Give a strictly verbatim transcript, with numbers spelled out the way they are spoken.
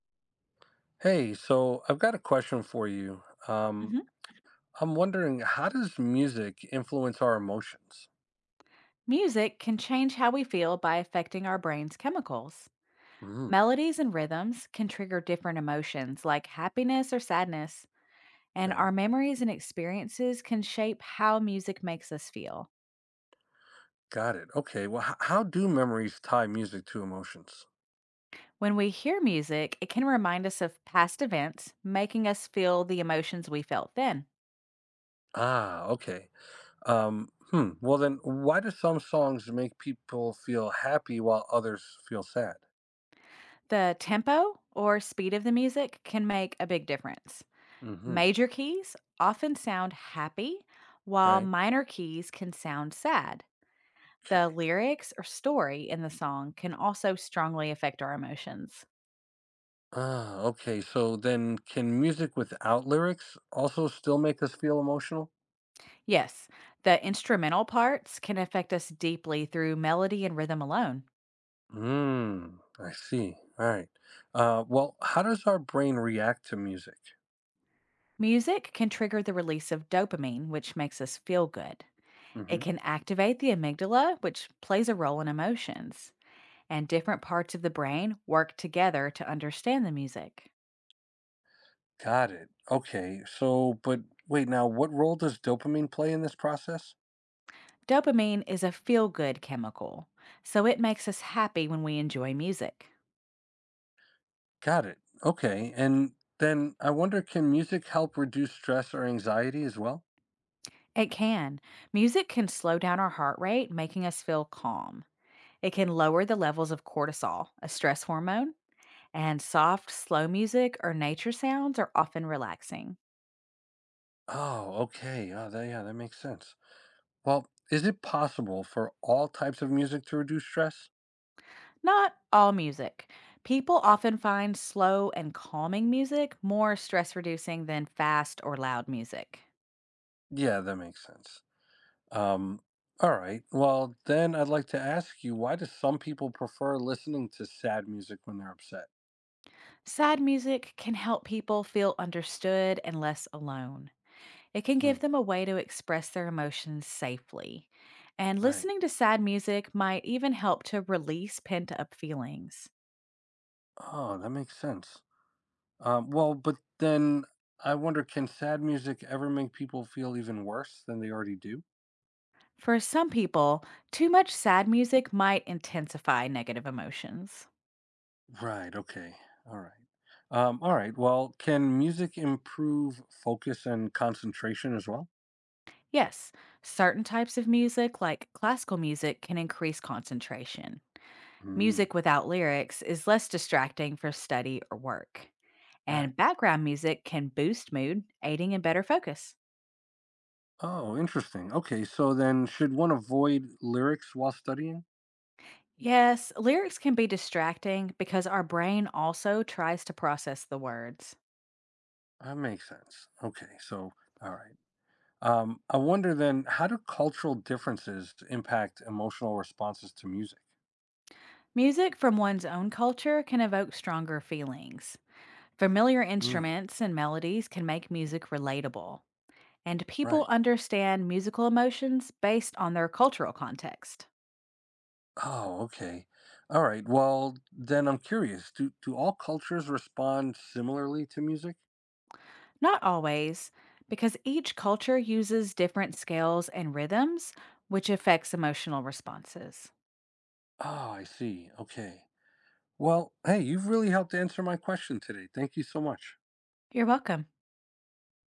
Hey, so I've got a question for you. Um, Mhm. I'm wondering, how does music influence our emotions? Music can change how we feel by affecting our brain's chemicals. Mm, Melodies and rhythms can trigger different emotions like happiness or sadness, and okay, our memories and experiences can shape how music makes us feel. got it. Okay, well, h- how do memories tie music to emotions? When we hear music, it can remind us of past events, making us feel the emotions we felt then. Ah, okay. Um, hmm. Well, then, why do some songs make people feel happy while others feel sad? The tempo or speed of the music can make a big difference. Mm-hmm. Major keys often sound happy, while Right. minor keys can sound sad. Okay. The lyrics or story in the song can also strongly affect our emotions. Ah, okay. So then, can music without lyrics also still make us feel emotional? Yes, the instrumental parts can affect us deeply through melody and rhythm alone. Mm, I see. All right. Uh, well, how does our brain react to music? Music can trigger the release of dopamine, which makes us feel good. It Hmm. can activate the amygdala, which plays a role in emotions. And different parts of the brain work together to understand the music. Got it. Okay. So, but wait, now what role does dopamine play in this process? Dopamine is a feel good chemical, so it makes us happy when we enjoy music. Got it. Okay. And then I wonder, can music help reduce stress or anxiety as well? It can. Music can slow down our heart rate, making us feel calm. It can lower the levels of cortisol, a stress hormone, and soft, slow music or nature sounds are often relaxing. Oh, okay. Oh, that, yeah, that makes sense. Well, is it possible for all types of music to reduce stress? Not all music. People often find slow and calming music more stress reducing than fast or loud music. Yeah, that makes sense. Um, all right. Well, then I'd like to ask you, why do some people prefer listening to sad music when they're upset? Sad music can help people feel understood and less alone. It can Hmm, give them a way to express their emotions safely. And right. listening to sad music might even help to release pent up feelings. Oh, that makes sense. Um, well, but then I wonder, can sad music ever make people feel even worse than they already do? For some people, too much sad music might intensify negative emotions. Right. Okay. All right. Um, all right. Well, can music improve focus and concentration as well? Yes, certain types of music, like classical music, can increase concentration. Mm, Music without lyrics is less distracting for study or work. right. And background music can boost mood, aiding in better focus. Oh, interesting. Okay. So then, should one avoid lyrics while studying? Yes, lyrics can be distracting because our brain also tries to process the words. That makes sense. Okay, so all right. Um, I wonder then, how do cultural differences impact emotional responses to music? Music from one's own culture can evoke stronger feelings. Familiar Mm, instruments and melodies can make music relatable, and people right. understand musical emotions based on their cultural context. Oh, okay. All right. Well, then I'm curious. Do do all cultures respond similarly to music? Not always, because each culture uses different scales and rhythms, which affects emotional responses. Oh, I see. Okay. Well, hey, you've really helped answer my question today. Thank you so much. You're welcome.